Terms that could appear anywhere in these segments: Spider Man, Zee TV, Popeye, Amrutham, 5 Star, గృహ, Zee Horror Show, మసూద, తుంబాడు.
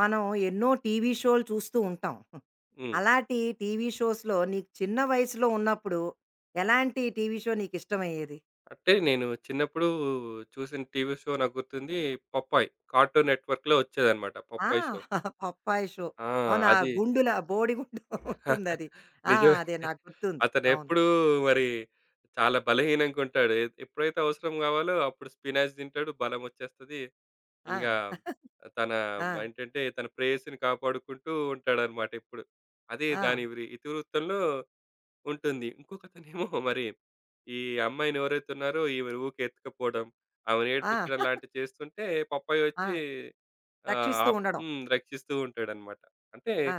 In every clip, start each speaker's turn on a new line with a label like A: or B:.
A: మనం ఎన్నో TV షోలు చూస్తూ ఉంటాం.
B: హ్మ్.
A: అలాంటి TV షోస్‌లో నీకు చిన్న వయసులో ఉన్నప్పుడు ఎలాంటి టీవీ షో నీకిష్టమయ్యేది?
B: అంటే నేను చిన్నప్పుడు చూసిన టీవీ షో నాకు గుర్తుంది. 'పప్పాయ్' కార్టూన్ నెట్‌వర్క్‌లో వచ్చేదన్నమాట,
A: ఆ!
B: 'Popeye' show.
A: 'Popeye' show.
B: ఆ!
A: అవును. ఆ
B: అది
A: గుండుల బోడిగుండు ఉంటుందది. ఆ!
B: నిజమే.
A: అదే నాకు గుర్తుంది. అవును.
B: అతనెప్పుడూ మరి చాలా బలహీనంగా ఉంటాడు. ఎప్పుడైతే అవసరం కావాలో అప్పుడు స్పినాచ్ తింటాడు. బలం వచ్చేస్తది.
A: ఆ!
B: ఇంగా తన
A: ఆ!
B: ఏంటంటే తన ప్రేయస్‌ని కాపాడుకుంటూ ఉంటాడన్నమాట ఎప్పుడు. అదే
A: ఆ!
B: దాని ఇతివృత్తంలో ఉంటుంది. ఇంకొకతనేమో మరి ఈ అమ్మాయిని ఎవరైతే ఉన్నారో ఈమెను ఊకే ఎత్తుకుపోవడం, ఆమెను
A: ఆ!
B: ఏడిపించడం లాంటివి చేస్తుంటే పప్పయ్య
A: ఆ!
B: వచ్చి ఆహ్,
A: రక్షిస్తూ
B: ఆప్
A: ఉండడం.
B: హ్మ్. రక్షిస్తూ ఉంటాడనమాట. అంటే
A: ఆ!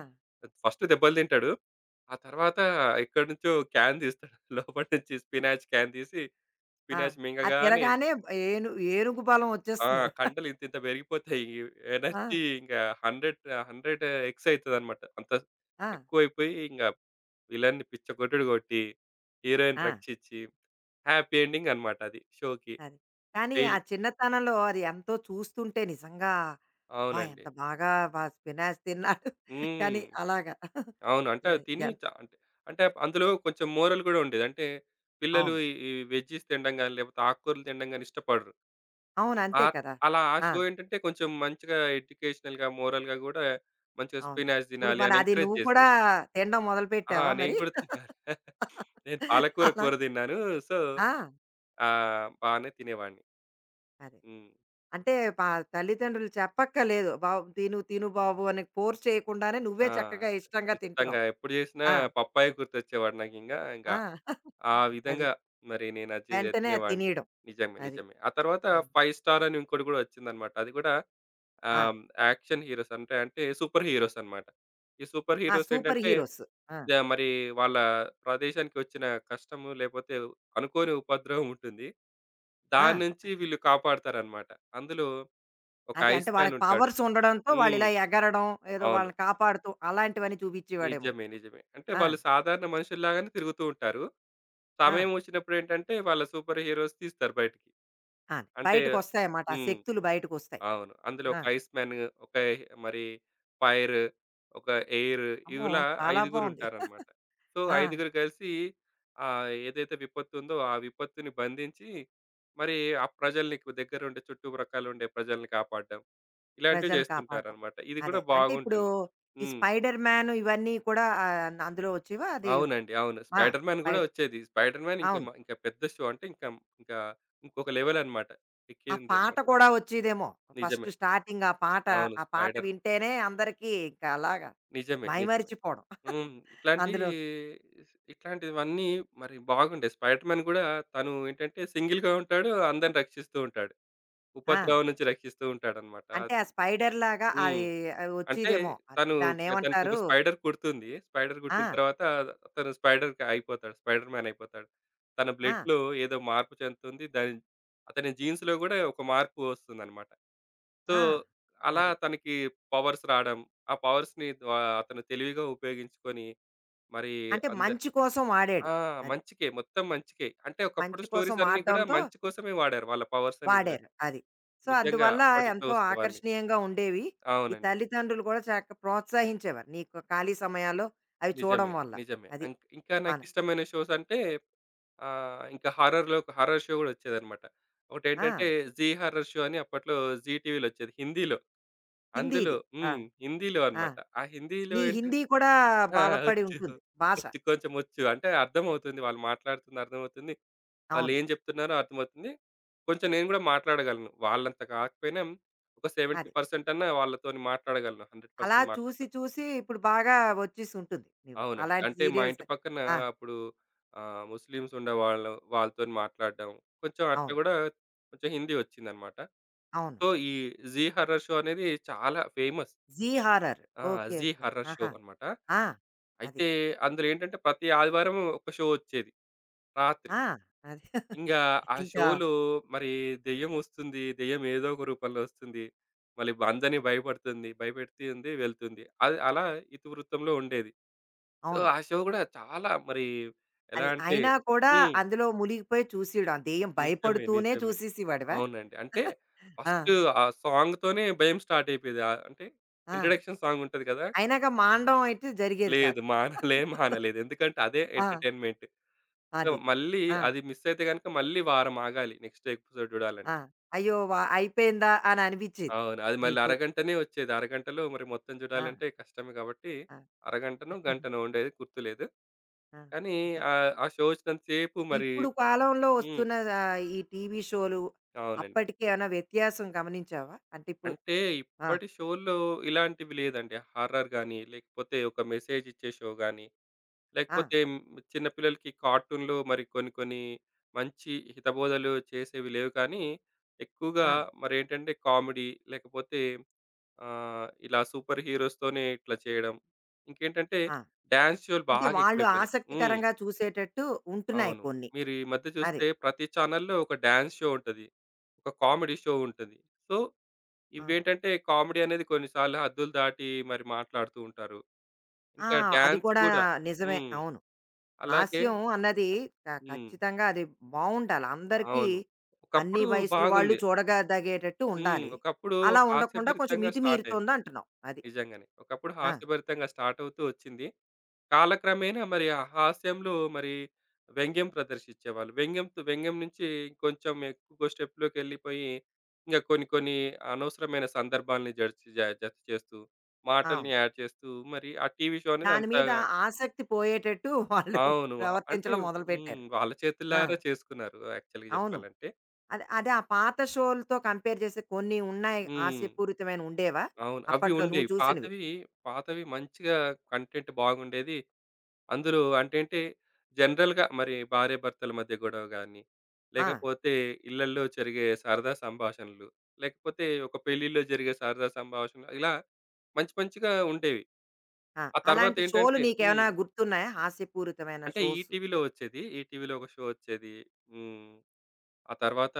B: ఫస్ట్ దెబ్బలు తింటాడు. ఆ తర్వాత ఎక్కడి నుంచో క్యాన్ తీస్తాడు. లోపల నుంచి స్పినాచ్ క్యాన్ తీసి
A: ఆ!
B: స్పినాచ్
A: అది
B: మింగగానే
A: తిరగానే ఏను ఏనుగు బలం
B: ఆ!
A: వచ్చేస్తుంది.
B: కండలు ఇంతింత పెరిగిపోతాయి.
A: ఆ!
B: ఎనర్జీ ఇంకా 100 ఎక్స్ అయితదనమాట. అంత
A: ఆ!
B: ఎక్కువైపోయి ఇంగ విలన్‌ని పిచ్చకొట్టుడు కొట్టి, హీరోయిన్
A: ఆ!
B: రక్షించి, హ్యాపీ ఎండింగ్ అనమాట అది షోకి.
A: అది. కానీ ఆ
B: డైలీ
A: చిన్నతనంలో అది ఎంతో చూస్తుంటే నిజంగా అబ్బా!
B: అవునండి.
A: ఎంత బాగా స్పినాచ్ తిన్నాడు.
B: హ్మ్.
A: కానీ అలాగా ఆహ్,
B: అవును. అంటే అవి తిని అంటే అంటే అందులో కొంచెం మోరల్ గూడా ఉండేది. అంటే పిల్లలు
A: అవును.
B: ఈ ఈ వెజ్జీస్ తినడం గాని, లేకపోతే ఆకుకూరలు తినడం గాని ఇష్టపడరు.
A: అవును. అంతే
B: ఆహ్,
A: కదా!
B: అలా ఆ
A: ఆ!
B: షో ఏంటంటే కొంచెం మంచిగా ఎడ్యుకేషనల్‌గా, మోరల్‌గా గూడా మంచిగా
A: అవును.
B: స్పినాచ్
A: ఇప్పుడు
B: తినాలి
A: మరి
B: అని
A: అది
B: ఎంకరేజ్
A: నువ్వు కూడా
B: చేసేది.
A: తినడం
B: ఆ!
A: మొదలుపెట్టావా
B: నేను
A: మరి?
B: కూడా తిన్నాను. నేను పాలకూర
A: అలా
B: కూర తిన్నాను. సో,
A: ఆ!
B: బానే తినేవాడిని.
A: అదే.
B: హ్మ్.
A: అంటే పా తల్లిదండ్రులు చెప్పక్కర్లేదు. బాబు తిను, తిను బాబు అని ఫోర్స్ చేయకుండానే నువ్వే
B: ఆ!
A: చక్కగా ఇష్టంగా
B: ఇష్టంగా
A: తింటున్నావు.
B: ఎప్పుడు చేసినా
A: ఆ!
B: పప్పాయ గుర్తొచ్చేవాడు నాకింకా. ఇంకా ఇంకా
A: ఆ!
B: ఆ
A: అది.
B: విధంగా మరి నేను అది
A: వెంటనే అది
B: తినేవాడిని.
A: తినేయడం.
B: నిజమే.
A: అది.
B: నిజమే. ఆ తర్వాత
A: ఆ!
B: 5 స్టార్ అని ఇంకోటి కూడా వచ్చిందన్నమాట. అది కూడా
A: ఆ!
B: ఆహ్, యాక్షన్ హీరోస్ అంటే, అంటే సూపర్ హీరోస్ అన్నమాట. ఈ సూపర్
A: ఆ!
B: హీరోస్
A: సూపర్
B: ఏంటంటే
A: హీరోస్. ఆ!
B: మరి వాళ్ళ ప్రదేశానికి వచ్చిన కష్టము, లేపోతే అనుకోని ఉపద్రవం ఉంటుంది.
A: ఆ!
B: దాని నుంచి వీళ్ళు కాపాడతారనమాట. అందులో ఒక
A: అదే అంటే
B: ఐస్ మ్యాన్
A: వాళ్ళకి
B: ఉంటాడు.
A: పవర్స్ ఉండడంతో వాళ్ళు
B: హ్మ్.
A: ఇలా ఎగరడం, ఏదో
B: అవును.
A: వాళ్ళని కాపాడుతూ అలాంటివన్నీ చూపించేవాడేమో.
B: నిజమే. నిజమే. అంటే
A: ఆ!
B: వాళ్ళు సాధారణ మనుషుల్లాగానే తిరుగుతూ ఉంటారు.
A: ఆ!
B: సమయం వచ్చినప్పుడేంటంటే వాళ్ళ సూపర్ హీరోస్ తీస్తారు బయటికి.
A: ఆ!
B: అంటే
A: బయటకొస్తాయన్నమాట. ఆ
B: హ్మ్.
A: శక్తులు బయటకొస్తాయి.
B: అవును. అందులో
A: ఆ!
B: ఒక ఐస్ మ్యాన్, మరి ఫైర్, ఒక ఎయిర్
A: అమ్మో!
B: ఇలా
A: చాలా బావుంది.
B: ఐదుగురుంటారనమాట. సో,
A: ఆ!
B: ఐదుగురు కలిసి ఏదైతే విపత్తుందో ఆ విపత్తుని బంధించి మరి ఆ ప్రజల్ని దగ్గరుండే చుట్టుప్రక్కలుండే ప్రజల్ని కాపాడడం. ఇలాంటివి
A: ప్రజలను కాపాడడం.
B: చేస్తుంటారనమాట. ఇది కూడా
A: అదే. అంటే ఇప్పుడు
B: బాగుంటుంది.
A: ఈ
B: హ్మ్.
A: స్పైడర్ మ్యాన్ ఇవన్నీ కూడా ఆహ్, అందులో వచ్చేవా? అది
B: అవునండి. అవును.
A: ఆ!
B: 'స్పైడర్ మ్యాన్' గూడా
A: బయట
B: వచ్చేది. 'స్పైడర్ మ్యాన్' ఇంకా
A: అవును.
B: ఇంకా పెద్ద షో అంటే ఇంకా ఇంకా ఇంకొక లెవెలనమాట.
A: ఆ
B: ఎక్కింది
A: పాట
B: అనమాట.
A: కూడా వచ్చేదేమో. ఫస్ట్
B: నిజమే.
A: స్టార్టింగ్ ఆ పాట,
B: అవును.
A: ఆ పాట
B: 'స్పైడర్'
A: వింటేనే అందరికీ ఇంకా అలాగా
B: నిజమే. నిజమే.
A: మైమరిచిపోవడం
B: హ్మ్. ఇట్లాంటి
A: అందులోకి.
B: ఇట్లాంటివన్నీ మరి బాగుండే. 'స్పైడర్ మ్యాన్' గూడా తను ఏంటంటే సింగిల్‌గా ఉంటాడు. అందరిని రక్షిస్తూ ఉంటాడు.
A: ఆ!
B: ఉపద్రవం నుంచి రక్షిస్తూ ఉంటాడనమాట.
A: అంటే ఆ స్పైడర్ లాగా
B: హ్మ్.
A: అది ఆహ్,
B: అంటే
A: వచ్చేదేమో.
B: తను తనకొక
A: దాన్నేమంటారు?
B: స్పైడర్ కుడుతుంది. స్పైడర్ కుట్టిన
A: ఆ!
B: తర్వాత తను స్పైడర్‌కి అయిపోతాడు. స్పైడర్ మ్యాన్ అయిపోతాడు. తన
A: ఆ!
B: బ్లడ్‌లో ఏదో మార్పు చెందుతుంది. అతని జీన్స్‌లో గూడా ఒక మార్పు వస్తుందనమాట. సో,
A: ఆ!
B: అలా
A: అది.
B: తనకి పవర్స్ రాడం. ఆ పవర్స్‌ని అతను తెలివిగా ఉపయోగించుకొని మరి
A: అంటే
B: అందరు
A: మంచి కోసం
B: ఆ!
A: వాడాడు. అది.
B: మంచికే. మొత్తం మంచికే. అంటే ఒకప్పుడు
A: మంచి కోసం
B: స్టోరీస్ అన్నీ కూడా
A: వాడడంతో
B: మంచి కోసమే వాడారు. వాళ్ళ పవర్స్ అన్ని గూడా.
A: వాడారు. అది. సో,
B: నిజంగా
A: అందువల్ల
B: అప్పటి
A: ఎంతో
B: షోస్ అవన్నీ.
A: ఆకర్షణీయంగా ఉండేవి. ఈ
B: అవునండి.
A: తల్లిదండ్రులు కూడా ప్రోత్సహించేవారు. నీకు ఖాళీ సమయాల్లో అవి చూడడం
B: నిజమే.
A: వల్ల.
B: నిజమే.
A: అది.
B: ఇంకా
A: అవును.
B: నాకిష్టమైన షోస్ అంటే ఇంకా హారర్‌లో ఒక హారర్ షో గూడా వచ్చేదన్నమాట.
A: ఆ!
B: ఒకటేంటంటే 'జీ హారర్ షో' అని అప్పట్లో 'జీ టీవీలో' వచ్చేది హిందీలో. అందులో
A: హిందీది. ఆ!
B: హ్మ్. హిందీలో
A: ఆ!
B: అన్నమాట. ఆ హిందీలో
A: నీ
B: ఏంటంటే
A: హిందీ కూడా
B: ఆ!
A: బలపడి
B: వచ్చు.
A: ఉంటుంది భాష.
B: వచ్చు. కొంచెం వచ్చు. అంటే అర్థమవుతుంది. వాళ్ళు మాట్లాడుతుంది అర్థమవుతుంది.
A: అవును.
B: వాళ్ళేం చెప్తున్నారో అర్థమవుతుంది. కొంచెం నేను గూడా మాట్లాడగలను. వాళ్ళంత కాకపోయినా ఒక
A: అది.
B: 70% అన్నా వాళ్ళతోని మాట్లాడగలను.
A: అలా
B: 100%
A: చూసి
B: మాట్లాడగలను.
A: చూసి ఇప్పుడు బాగా వచ్చేసి ఉంటుంది నీవు.
B: అవునండి.
A: అలాంటి
B: అంటే మా
A: సీరియల్స్
B: ఇంటి పక్కన
A: ఆ!
B: అప్పుడు ముస్లిమ్స్ ఉండేవాళ్ళు. వాళ్ళతోని మాట్లాడడం. కొంచెం అట్లా
A: అవును.
B: గూడా కొంచెం హిందీ వచ్చిందనమాట.
A: అవును.
B: సో, ఈ జీ హారర్ షో అనేది చాలా ఫేమస్.
A: జీ హారర్.
B: ఆ!
A: ఓకే.
B: జీ
A: ఓకే.
B: హారర్ షో
A: ఆహా!
B: అనమాట.
A: ఆ! అది.
B: అయితే అందులో ఏంటంటే ప్రతి ఆదివారం ఒక షో వచ్చేది రాత్రి.
A: ఆ! అది.
B: ఇంగా ఆ
A: ఇంకా
B: షోలో మరి దెయ్యం వస్తుంది. దెయ్యం ఏదో ఒక రూపంలో వస్తుంది. మళ్ళీ అందరిని భయపడుతుంది. భయపెడుతుంది, వెళ్తుంది. అది అలా ఇతివృత్తంలో ఉండేది. సో,
A: అవును.
B: ఆ షో గూడా చాలా మరి ఎలా
A: అది
B: అంటే
A: అయినా కూడా
B: హ్మ్.
A: అందులో మునిగిపోయి చూసేయడం. ఆ దెయ్యం
B: నిజమే.
A: భయపడుతూనే
B: నిజమే.
A: చూసేసేవాడివా?
B: అవునండి. అంటే
A: ఆ!
B: ఫస్ట్ ఆ సాంగ్‌తోనే భయం స్టార్ట్ అయిపోయేది. అంటే
A: ఆ!
B: ఇంట్రడక్షన్ సాంగ్ ఉంటది కదా!
A: అయినాక మానడం అయితే జరిగేది
B: లేదు.
A: కాదు.
B: మానలేదు. ఎందుకంటే అదే
A: ఆ!
B: ఎంటర్‌టైన్‌మెంట్. సో,
A: అది.
B: మళ్ళీ
A: ఆ!
B: అది మిస్ అయితే గనుక మళ్ళీ వారం ఆగాలి నెక్స్ట్ ఎపిసోడ్
A: ఆ!
B: చూడాలంటే.
A: అయ్యో! అయిపోయిందా అని అనిపించేది
B: అవును. అది మళ్ళీ
A: నీకు.
B: అరగంటనే వచ్చేది. అరగంటలో మరి మొత్తం
A: ఆ!
B: చూడాలంటే కష్టమే కాబట్టి,
A: ఆ!
B: అరగంటనో, గంటనో ఉండేది గుర్తులేదు. కానీ
A: ఆ!
B: ఆ షో వచ్చినంత సేపు మరి
A: ఇప్పుడు కాలంలో
B: హ్మ్.
A: వస్తున్న ఆహ్, ఈ టీవీ షోలు
B: అవునండి.
A: అప్పటికి ఏమైనా వ్యత్యాసం గమనించావా? అంటే ఇప్పుడు
B: అంటే
A: ఆ!
B: ఇప్పటి షో‌ల్లో ఇలాంటివి లేదండి. హారర్ గాని, లేకపోతే ఒక మెసేజ్ ఇచ్చే షో గాని,
A: ఆ!
B: లేకపోతే హ్మ్, చిన్న పిల్లలకి కార్టూన్‌లో మరి కొన్ని కొన్ని మంచి హితబోధలు చేసేవి లేవు కానీ, ఎక్కువగా
A: ఆ!
B: మరేంటంటే కామెడీ లేకపోతే ఇలా సూపర్ హీరోస్‌తోనే ఇట్లా చేయడం. ఇంకేంటంటే
A: ఆ!
B: డాన్స్ షోలు
A: అంటే
B: బాగా
A: వాళ్ళు
B: ఎక్కువైపోయినాయి. హ్మ్.
A: ఆసక్తికరంగా చూసేటట్టు ఉంటున్నాయి
B: అవును.
A: కొన్ని.
B: మీరు ఈ మధ్య
A: అది.
B: చూస్తే ప్రతి ఛానల్‌లో ఒక డాన్స్ షో ఉంటది. ఒక కామెడీ షో ఉంటది. సో,
A: ఆ!
B: ఇవేంటంటే కామెడీ అనేది కొన్నిసార్లు హద్దులు దాటి మరి మాట్లాడుతూ ఉంటారు.
A: ఆ!
B: ఇంకా
A: అది
B: డాన్స్
A: కూడా
B: గూడా.
A: నిజమే.
B: హ్మ్.
A: అవును.
B: అలాగే
A: హాస్యం అన్నది
B: హ్మ్.
A: ఖచ్చితంగా అది బావుండాలి. అందరికీ
B: అవును.
A: అన్ని
B: ఒకప్పుడు
A: వయసుల వాళ్ళు
B: బాగుంది.
A: చూడగదగేటట్టు
B: హ్మ్.
A: ఉండాలి.
B: ఒకప్పుడు
A: అలా ఉండకుండా కొంచెం
B: హాస్యభరితంగా స్టార్ట్ అయింది.
A: మితిమీరుతోందంటున్నావు. అది.
B: నిజంగానే. ఒకప్పుడు
A: ఆ!
B: హాస్యభరితంగా స్టార్ట్ అవుతూ వచ్చింది. కాలక్రమేణా మరి ఆ హాస్యంలో మరి వ్యంగ్యం ప్రదర్శించేవాళ్ళు. వ్యంగ్యం నుంచి ఇంకొంచెం ఎక్కువ స్టెప్‌లోకెళ్ళిపోయి, ఇంక కొన్ని కొన్ని అనవసరమైన సందర్భాల్ని జడిచి జ జత చేస్తూ, మాటల్ని
A: అవును.
B: యాడ్ చేస్తూ మరి ఆ టీవీ షో అనేది
A: దాని
B: అంత
A: మీద ఆసక్తి పోయేటట్టు వాళ్ళు
B: అవును. అంటే
A: ప్రవర్తించడం
B: హ్మ్.
A: మొదలుపెట్టారు.
B: వాళ్ళ
A: ఆ!
B: చేతులారా చేసుకున్నారు యాక్చువల్‌గా
A: అవును.
B: చెప్పాలంటే.
A: అదే, అదే ఆ పాత షోలతో కంపేర్ చేస్తే కొన్ని ఉన్నాయి
B: హ్మ్.
A: హాస్యపూరితమైన ఉండేవా?
B: అవును. అవి
A: అప్పట్లో నువ్వు
B: ఉండేవి.
A: చూసినవి?
B: పాతవి, పాతవి మంచిగా కంటెంట్ బాగుండేది. అందులో అంటేంటే జనరల్‌గా మరి భార్యాభర్తల మధ్య గొడవ గాని,
A: ఆ!
B: లేకపోతే ఇళ్ళల్లో జరిగే సరదా సంభాషణలు, లేకపోతే ఒక పెళ్ళిలో జరిగే సరదా సంభాషణలు ఇలా మంచి మంచిగా ఉండేవి.
A: ఆ!
B: ఆ
A: అలాంటి షోలు
B: తర్వాతేంటంటే హ్మ్.
A: నీకేమైనా గుర్తున్నాయా? హాస్యపూరితమైన
B: అంటే
A: షోస్?
B: ఈటీవీలో వచ్చేది. ఈటీవీలో ఒక షో వచ్చేది. హ్మ్. ఆ తర్వాత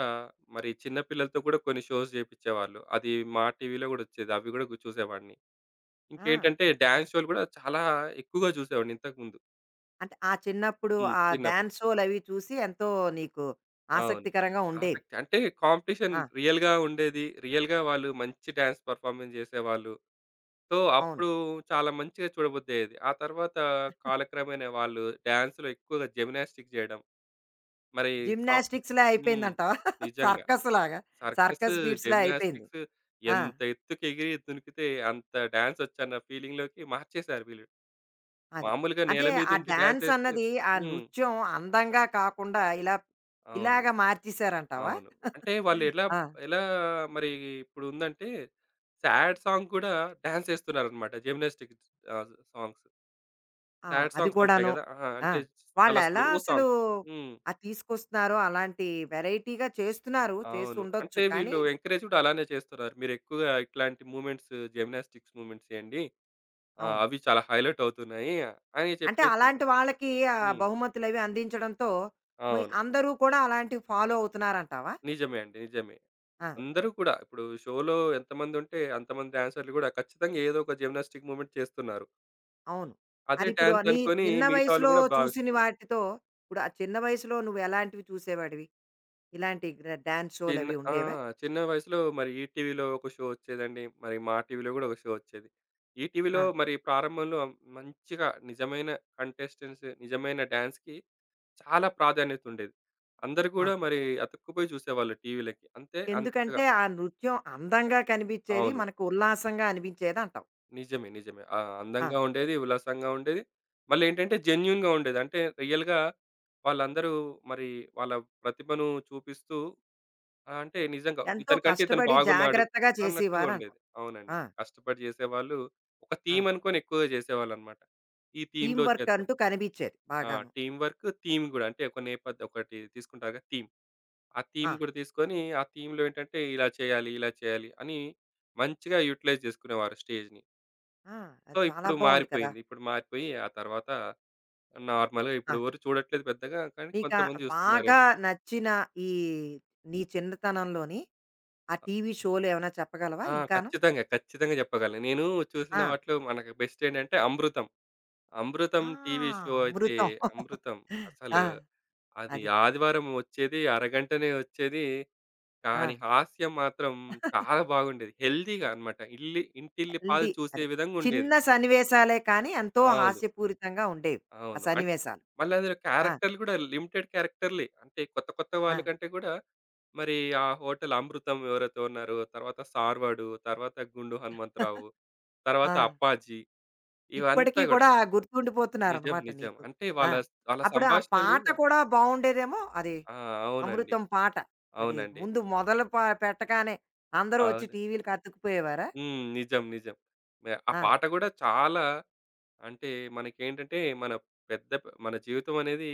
B: మరి చిన్న పిల్లలతో కూడా కొన్ని షోస్ చేపిచ్చేవాళ్ళు. అది మా టీవీలో గూడా వచ్చేది. అవి గూడా చూసేవాడిని.
A: ఆ!
B: ఇంకేంటంటే డాన్స్ షోలు గూడా చాలా ఎక్కువగా చూసేవాడిని ఇంతకుముందు.
A: అంటే ఆ చిన్నప్పుడు
B: హ్మ్.
A: ఆ
B: చిన్నప్పుడు.
A: డాన్స్ షోలవి చూసి ఎంతో నీకు
B: అవును.
A: ఆసక్తికరంగా ఉండేవి.
B: ఆసక్తి. అంటే కాంపిటీషన్
A: ఆ!
B: రియల్‌గా ఉండేది. రియల్‌గా వాళ్ళు మంచి డాన్స్ పెర్ఫార్మన్స్ చేసేవాళ్ళు. సో,
A: అవును.
B: అప్పుడు చాలా మంచిగా చూడబుద్దయ్యేది. ఆ తర్వాత కాలక్రమేణా వాళ్ళు డాన్స్‌లో ఎక్కువగా జిమ్నాస్టిక్స్ చేయడం. మరి సా
A: జిమ్నాస్టిక్స్‌లా
B: హ్మ్.
A: అయిపోయిందంటావా?
B: నిజంగా.
A: సర్కస్‌లాగా.
B: సర్కస్,
A: సర్కస్ ఫీట్స్‌లా అయిపోయింది.
B: జిమ్నాస్టిక్స్
A: ఆ!
B: ఎంత ఎత్తుకి ఎగిరి దునికితే అంత డాన్స్ వచ్చన్న ఫీలింగ్‌లోకి మార్చేసారు వీళ్ళు.
A: అది.
B: మామూలుగా నేల
A: అంటే ఆ
B: మీదుండి డాన్స్
A: డాన్స్
B: ఏస్తే
A: అన్నది, ఆ
B: హ్మ్.
A: నృత్యం అందంగా కాకుండా ఇలా
B: అవును.
A: ఇలాగ మార్చేసారంటావా?
B: అవును. అంటే వాళ్ళు ఎలా,
A: ఆ!
B: ఎలా మరి ఇప్పుడు ఉందంటే సాడ్ సాంగ్ కూడా డాన్స్ ఏస్తున్నారన్నమాట. Gymnastic songs.
A: ఆ!
B: సాడ్
A: అది
B: సాంగ్స్ ఉంటాయి
A: కూడాను.
B: గదా! ఆ!
A: ఆ!
B: అంటే చాలా స్లో
A: వాళ్ళెలా అసలు
B: సాంగ్స్. హ్మ్.
A: అది తీసుకొస్తున్నారో అలాంటి వెరైటీగా చేస్తున్నారు. చేసి
B: అవును.
A: ఉండొచ్చు
B: అంటే వీళ్ళు
A: కానీ
B: ఎంకరేజ్ కూడా అలానే చేస్తున్నారు. మీరు ఎక్కువగా ఇట్లాంటి మూవ్‌మెంట్స్ జిమ్నాస్టిక్స్ మూవ్‌మెంట్స్ చేయండి.
A: అవును.
B: అవి చాలా హైలైట్ అవుతున్నాయి అని
A: అంటే
B: చెప్పేసి.
A: అలాంటి వాళ్ళకి ఆహ్,
B: హ్మ్.
A: బహుమతులవి అందించడంతో మీ
B: అవును.
A: అందరూ కూడా అలాంటివి ఫాలో అవుతున్నారంటావా?
B: నిజమే అండి. నిజమే.
A: ఆ!
B: అందరూ కూడా ఇప్పుడు షోలో ఎంతమందుంటే అంతమంది డాన్సర్‌లు గూడా ఖచ్చితంగా ఏదో ఒక జిమ్నాస్టిక్ మూవ్‌మెంట్ చేస్తున్నారు.
A: అవును.
B: అదే
A: అదిప్పుడు
B: డాన్స్
A: నీ
B: అనుకోని
A: చిన్న
B: మిగతా వాళ్ళు
A: వయసులో
B: గూడా
A: చూసిన
B: భావిస్తున్నారు.
A: వాటితో ఇప్పుడు ఆ చిన్న వయసులో నువ్వెలాంటివి చూసేవాడివి? ఇలాంటి డాన్స్ షోలవి
B: ఆ!
A: ఉండేవా?
B: చిన్న వయసులో మరి ఈటీవీలో ఒక షో వచ్చేదండి. మరి మా టీవీలో గూడా ఒక షో వచ్చేది. ఈటీవీలో
A: ఆ!
B: మరి ప్రారంభంలో మంచిగా నిజమైన కంటెస్టెంట్స్, నిజమైన డాన్స్‌కి చాలా ప్రాధాన్యత ఉండేది. అందరూ
A: ఆ!
B: గూడా
A: హ్మ్.
B: మరి అతుక్కుపోయి చూసేవాళ్ళు టీవీలకి. అంతే అంతగా
A: ఎందుకంటే, ఆ నృత్యం అందంగా కనిపిచ్చేది.
B: అవును.
A: మనకు ఉల్లాసంగా అనిపించేదంటావు.
B: నిజమే. నిజమే. ఆ!
A: ఆ!
B: అందంగా ఉండేది, ఉల్లాసంగా ఉండేది. మళ్ళేంటంటే జెన్యూన్‌గా ఉండేది. అంటే రియల్‌గా వాళ్ళందరూ మరి వాళ్ళ ప్రతిభను చూపిస్తూ ఆ! అంటే నిజంగా
A: ఎంతో
B: ఇతనికంటే ఇతను
A: కష్టపడి
B: బాగున్నాడు
A: జాగ్రత్తగా
B: అన్నట్టుగా ఉండేది.
A: చేసేవారంటావు.
B: అవునండి.
A: ఆ!
B: కష్టపడి చేసేవాళ్ళు ఒక
A: ఆ!
B: థీమ్ అనుకోని ఎక్కువగా చేసేవాళ్ళన్నమాట. ఈ
A: టీమ్
B: థీమ్‌లో
A: వర్క్
B: చేద్దాం.
A: అంటూ కనిపిచ్చేది
B: ఆ!
A: బాగాను.
B: టీమ్ వర్క్, థీమ్ గూడా అంటే ఒక నేపథ్యం ఒకటి తీసుకుంటారుగా థీమ్. ఆ
A: ఆ!
B: థీమ్ గూడా తీసుకొని ఆ థీమ్‌లో ఏంటంటే ఇలా చేయాలి, ఇలా చేయాలి అని మంచిగా యుటిలైజ్ చేసుకునేవారు స్టేజ్‌ని.
A: ఆ!
B: సో,
A: అది చాలా
B: ఇప్పుడు
A: బావుంది కదా!
B: మారిపోయింది. ఇప్పుడు మారిపోయి ఆ తర్వాత నార్మల్‌గా
A: ఆ!
B: ఇప్పుడు ఎవరు చూడట్లేదు పెద్దగా. కానీ
A: నీకా
B: కొంతమంది
A: బాగా
B: చూస్తున్నారేమో!
A: నచ్చిన ఈ నీ చిన్నతనంలోని ఆ టీవీ షోలు ఏమైనా చెప్పగలవా
B: ఆ!
A: ఇంకాను?
B: ఖచ్చితంగా. ఖచ్చితంగా చెప్పగలను. నేను చూసిన
A: ఆ!
B: వాటిలో మనకు బెస్ట్ ఏంటంటే 'అమృతం.' 'అమృతం'
A: ఆ!
B: టీవీ షో అయితే
A: అమృతం.
B: 'అమృతం' అసలు
A: ఆ!
B: అది
A: అది.
B: ఆదివారం వచ్చేది. అరగంటనే వచ్చేది.
A: ఆ!
B: కానీ హాస్యం మాత్రం చాలా బాగుండేది. హెల్తీగా అన్నమాట. ఇంటిల్లిపాది
A: హెల్దీ.
B: చూసే
A: అది.
B: విధంగుండేది.
A: చిన్న సన్నివేశాలే కానీ ఎంతో
B: అవును.
A: హాస్యపూరితంగా ఉండేవి. ఆ
B: అవును.
A: సన్నివేశాలు.
B: మళ్ళీ అందులో
A: ఆ!
B: క్యారెక్టర్‌లు గూడా లిమిటెడ్ క్యారెక్టర్‌లే. అంటే కొత్త కొత్త
A: ఆ!
B: వాళ్ళ కంటే గూడా మరి ఆ హోటల్ అమృతం ఎవరైతే ఉన్నారో, తర్వాత సార్వాడు, తర్వాత గుండు హనుమంతరావు,
A: ఆ!
B: తర్వాత అప్పాజీ ఇవంతా
A: ఇప్పటికి
B: గూడా.
A: కూడా
B: నిజం.
A: గుర్తుండిపోతున్నారనమాట
B: నిజం.
A: నీకు.
B: అంటే
A: ఆ!
B: వాళ్ళ వాళ్ళ
A: అప్పుడు ఆ
B: సంభాషణలు
A: పాట కూడా బావుండేదేమో అది.
B: ఆ! అవునండి.
A: 'అమృతం' పాట. అది
B: అవునండి.
A: ముందు
B: అ
A: మొదలు పెట్టగానే అందరూ వచ్చి
B: అవును.
A: టీవీలకి అతుక్కుపోయేవారా?
B: హ్మ్. నిజం. నిజం. ఆ
A: ఆ!
B: పాట గూడా చాలా అంటే మనకేంటంటే మన పెద్ద మన జీవితం అనేది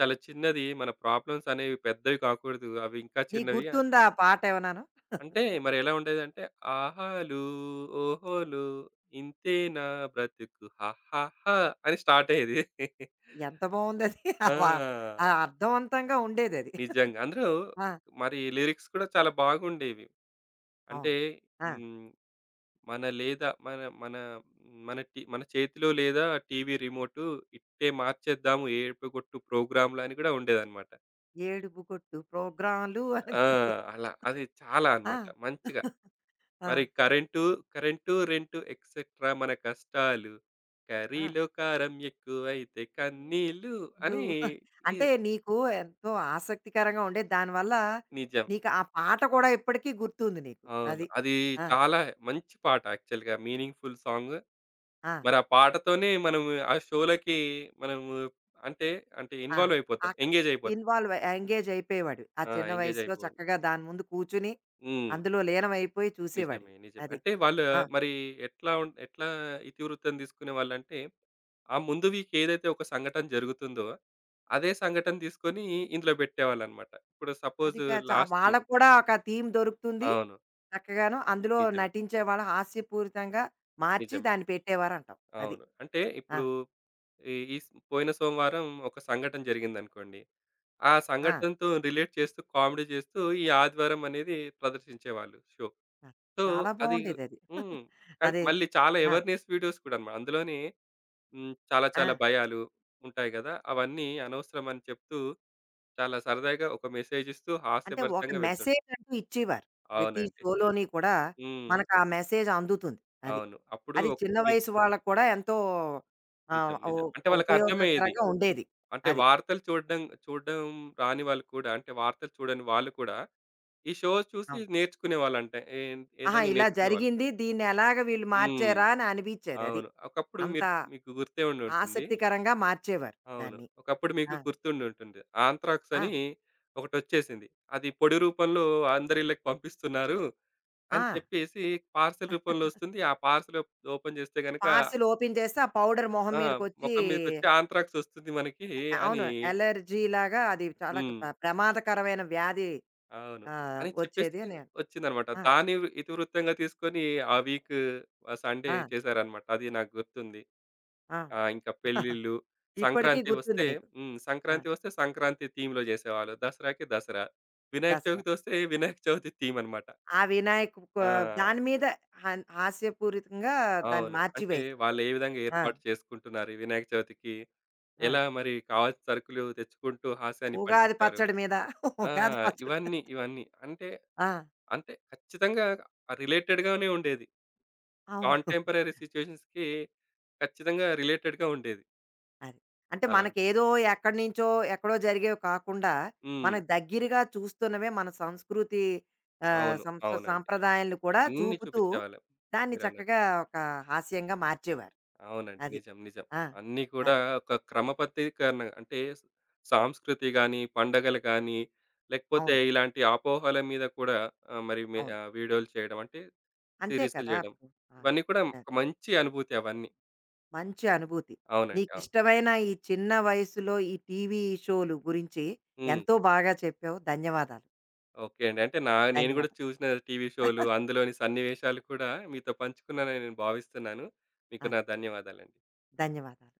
B: చాలా చిన్నది. మన ప్రాబ్లమ్స్ అనేవి పెద్దవి కాకూడదు. అవి ఇంకా
A: నీకు
B: చిన్నవి
A: గుర్తుందా ఆ పాట ఏమన్నాను?
B: అంటే మరి ఎలా ఉండేదంటే, ఆహాలు, ఓహోలు ఇంతేనా బ్రతుకు హాహాహా అని స్టార్ట్ అయ్యేది.
A: ఎంత బావుందది.
B: ఆ!
A: ఆ అర్థవంతంగా ఉండేదది.
B: నిజంగా. అందులో
A: ఆ!
B: మరి లిరిక్స్ కూడా చాలా బాగుండేవి. అంటే
A: అవును. ఆ!
B: హ్మ్. మన లేదా మన మన మన టి మన చేతిలో లేదా టీవీ రిమోటు ఇట్టే మార్చేద్దాము ఏడుపుగొట్టు ప్రోగ్రామ్‌లని కూడా ఉండేదన్నమాట.
A: ఏడుపు కొట్టు ప్రోగ్రాలు
B: ఆ!
A: అనుకుంటూ
B: అలా అది చాలా
A: ఆ!
B: అన్నమాట. మంచిగా
A: ఆ!
B: మరి కరెంటు, రెంటు ఎక్సెట్రా మన కష్టాలు.
A: ఆ!
B: కర్రీలో కారం ఎక్కువైతే కన్నీళ్ళు అని
A: నువ్వు
B: ఈ
A: అంటే నీకు ఎంతో ఆసక్తికరంగా ఉండేది. దానివల్ల
B: నిజం.
A: నీకు ఆ పాట కూడా ఇప్పటికీ గుర్తుంది నీకు.
B: అవును.
A: అది.
B: అది
A: ఆ!
B: చాలా మంచి పాట యాక్చువల్‌గా మీనింగ్‌ఫుల్ సాంగ్.
A: ఆ!
B: మరి ఆ పాటతోనే మనము ఆ షోలకి మనము అంటే, అంటే
A: ఆ!
B: ఇన్వాల్వ్ అయిపోతాం.
A: అక
B: ఎంగేజ్ అయిపోతాం.
A: ఇన్వాల్వ్ ఎంగేజ్ అయిపోయేవాడివి. ఆ
B: ఆ!
A: చిన్న
B: ఎంగేజ్
A: వయసులో
B: అయిపోండి.
A: చక్కగా దాని ముందు కూర్చుని,
B: హ్మ్.
A: అందులో లీనమైపోయి
B: నిజమే.
A: చూసేవాడివి.
B: నిజమే.
A: అది.
B: అంటే వాళ్ళు
A: ఆ!
B: మరి ఎట్లా ఇతివృత్తం తీసుకునేవాళ్ళంటే, ఆ ముందు వీక్ ఏదైతే ఒక సంఘటన జరుగుతుందో, అదే సంఘటన తీసుకొని ఇందులో పెట్టేవాళ్ళనమాట. ఇప్పుడు సపోజ్
A: అది కా చ
B: లాస్ట్ వీక్
A: వాళ్ళకి కూడా ఒక థీమ్ దొరుకుతుంది.
B: అవును.
A: చక్కగాను అందులో
B: నిజమే.
A: నటించేవాళ్ళు హాస్యపూరితంగా మార్చి
B: నిజమే.
A: దాన్ని పెట్టేవారంటావు. అది.
B: అవును. అంటే
A: ఆ!
B: ఇప్పుడు ఈ ఈ స్ పోయిన సోమవారం ఒక సంఘటన జరిగిందనుకోండి. ఆ
A: ఆ!
B: సంఘటనతో రిలేట్ చేస్తూ, కామెడీ చేస్తూ ఈ ఆదివారం అనేది ప్రదర్శించేవాళ్ళు షో.
A: ఆ!
B: సో,
A: చాలా
B: అది
A: బావుండేదది.
B: హ్మ్. కానీ
A: అదే.
B: మళ్ళీ చాలా
A: ఆ!
B: అవేర్‌నెస్ వీడియోస్ కూడానమాట. అందులోనే హ్మ్. చాలా
A: ఆ!
B: చాలా భయాలు ఉంటాయి గదా! అవన్నీ అనవసరం అని చెప్తూ చాలా సరదాగా ఒక మెసేజ్ ఇస్తూ
A: అంటే ఒక
B: హాస్యభరితంగా వెళ్తుండే.
A: మెసేజ్ అంటూ ఇచ్చేవారు. ప్రతి
B: అవునండి.
A: షోలోని కూడా
B: హ్మ్.
A: మనకు ఆ మెసేజ్ అందుతుంది. అది.
B: అవును. అప్పుడు
A: అది
B: ఒక-
A: చిన్న
B: ని
A: వయసు వాళ్ళకి కూడా ఎంతో
B: నిజం.
A: ఆహ్,
B: నిజం. అంటే వాళ్ళకర్థమయ్యేది.
A: ఉపయోగకరంగా ఉండేది.
B: అంటే
A: అది.
B: వార్తలు చూడడం చూడడం రాని వాళ్ళు కూడా అంటే వార్తలు చూడని వాళ్ళు కూడా ఈ షో చూసి
A: అవును.
B: నేర్చుకునేవాళ్ళంట.
A: ఆహా!
B: ఏదైనా
A: ఇలా
B: నేర్చుకునేవాళ్ళు.
A: జరిగింది. దీన్ని ఎలాగ వీళ్ళు
B: హ్మ్.
A: మార్చారా అని అనిపించేది అది.
B: అవును. ఒకప్పుడు
A: అంత
B: మీరు మీకు గుర్తే ఉండుంటుంది.
A: ఆసక్తికరంగా మార్చేవారు
B: అవును.
A: దాన్ని.
B: ఒకప్పుడు మీకు
A: ఆ!
B: గుర్తుండుంటుంది. ఆంత్రాక్స్
A: ఆ!
B: అని ఒకటొచ్చేసింది. అది పొడి రూపంలో అందరిళ్ళకి పంపిస్తున్నారు అని
A: ఆ!
B: చెప్పేసి పార్సెల్ రూపంలో ఒస్తుంది. ఆ పార్సెల్ ఓప్ ఓపెన్ చేస్తే గనక
A: పార్సెల్ ఓపెన్ చేస్తే ఆ పౌడర్ మొహం
B: ఆ!
A: మీదకొచ్చి
B: మొఖం మీదకొచ్చి ఆంత్రాక్స్ ఒస్తుంది మనకి అని
A: అవును. అలెర్జీలాగా అది చాలా క
B: హ్మ్.
A: ప ప్రమాదకరమైన వ్యాధి
B: అవును.
A: ఆహ్,
B: అని చెప్పేసి
A: వచ్చేది అని.
B: ఒచ్చిందనమాట.
A: ఆ!
B: దాన్ని ఇతివృత్తంగా తీసుకొని ఆ వీక్ సండే
A: ఆ!
B: చేశారనమాట. అది నాకు గుర్తుంది.
A: ఆ!
B: ఆ! ఇంకా పెళ్ళిళ్ళు,
A: ఇప్పటికి
B: సంక్రాంతి
A: గుర్తుంది
B: వస్తే
A: నీకు.
B: హ్మ్.
A: ఆ!
B: సంక్రాంతి వస్తే సంక్రాంతి థీమ్‌లో చేసేవాళ్ళు. దసరాకి దసరా. వినాయక
A: దసరా.
B: చవితి వస్తే వినాయక చవితి థీమ్ అనమాట.
A: ఆ వినాయక కొ
B: ఆ!
A: దాని మీద హాస్యపూరితంగా దాన్ని
B: అవును. అంటే
A: మార్చివేశారు.
B: వాళ్ళు ఏ విధంగా
A: ఆ!
B: ఏర్పాటు చేసుకుంటున్నారు ఈ వినాయక చవితికి?
A: ఆ!
B: ఎలా మరి కావాల్సిన సరుకులు తెచ్చుకుంటూ హాస్యాన్ని
A: ఉగాది
B: పండించారు?
A: పచ్చడి మీద
B: ఆ!
A: ఉగాది పచ్చడి.
B: ఇవన్నీ, ఇవన్నీ. అంటే
A: ఆ!
B: అంటే ఖచ్చితంగా రిలేటెడ్‌గానే ఉండేది.
A: అవును.
B: కాంటెంపరరీ సిట్యుయేషన్స్‌కి ఖచ్చితంగా రిలేటెడ్‌గా ఉండేది.
A: అది. అంటే
B: అలా.
A: మనకేదో ఎక్కడి నుంచో, ఎక్కడో జరిగేవి కాకుండా,
B: హ్మ్.
A: మనకు దగ్గరగా చూస్తున్నవే మన సంస్కృతి ఆహ్,
B: అవును. అవునండి.
A: సాంప్రదాయాలను కూడా
B: అన్నీ
A: చూపుతూ,
B: చూపించేవాళ్ళం.
A: దాన్ని
B: మీరన్నట్టు.
A: చక్కగా ఒక హాస్యంగా మార్చేవారు.
B: అవునండి.
A: అది.
B: నిజం. నిజం.
A: ఆ!
B: అన్నీ కూడా
A: అది.
B: ఒక క్రమపద్ధీకరణ అంటే సాంస్కృతి గాని, పండగలు గాని, లేకపోతే
A: అవును.
B: ఇలాంటి అపోహల మీద కూడా ఆహ్, మరి మే
A: అవును.
B: ఆహ్, వీడియోలు చేయడం అంటే
A: అంతే
B: సీరీస్‌లు
A: కదా!
B: చేయడం.
A: అప్పుడు. అవును.
B: ఇవన్నీ కూడా
A: ఆ!
B: ఒక మంచి అనుభూతి అవన్నీ.
A: మంచి అనుభూతి.
B: అవునండి. అవును.
A: నీకిష్టమైన ఈ చిన్న వయసులో ఈ టీవీ షోలు గురించి
B: హ్మ్.
A: ఎంతో బాగా చెప్పావు. ధన్యవాదాలు.
B: ఓకే అండి. అంటే నేను కూడా
A: ధన్యవాదాలు.
B: చూసిన టీవీ షోలు, అందులోని సన్నివేశాలు కూడా మీతో పంచుకున్నానని నేను భావిస్తున్నాను. మీకు నా
A: అదే.
B: ధన్యవాదాలండి.
A: ధన్యవాదాలు.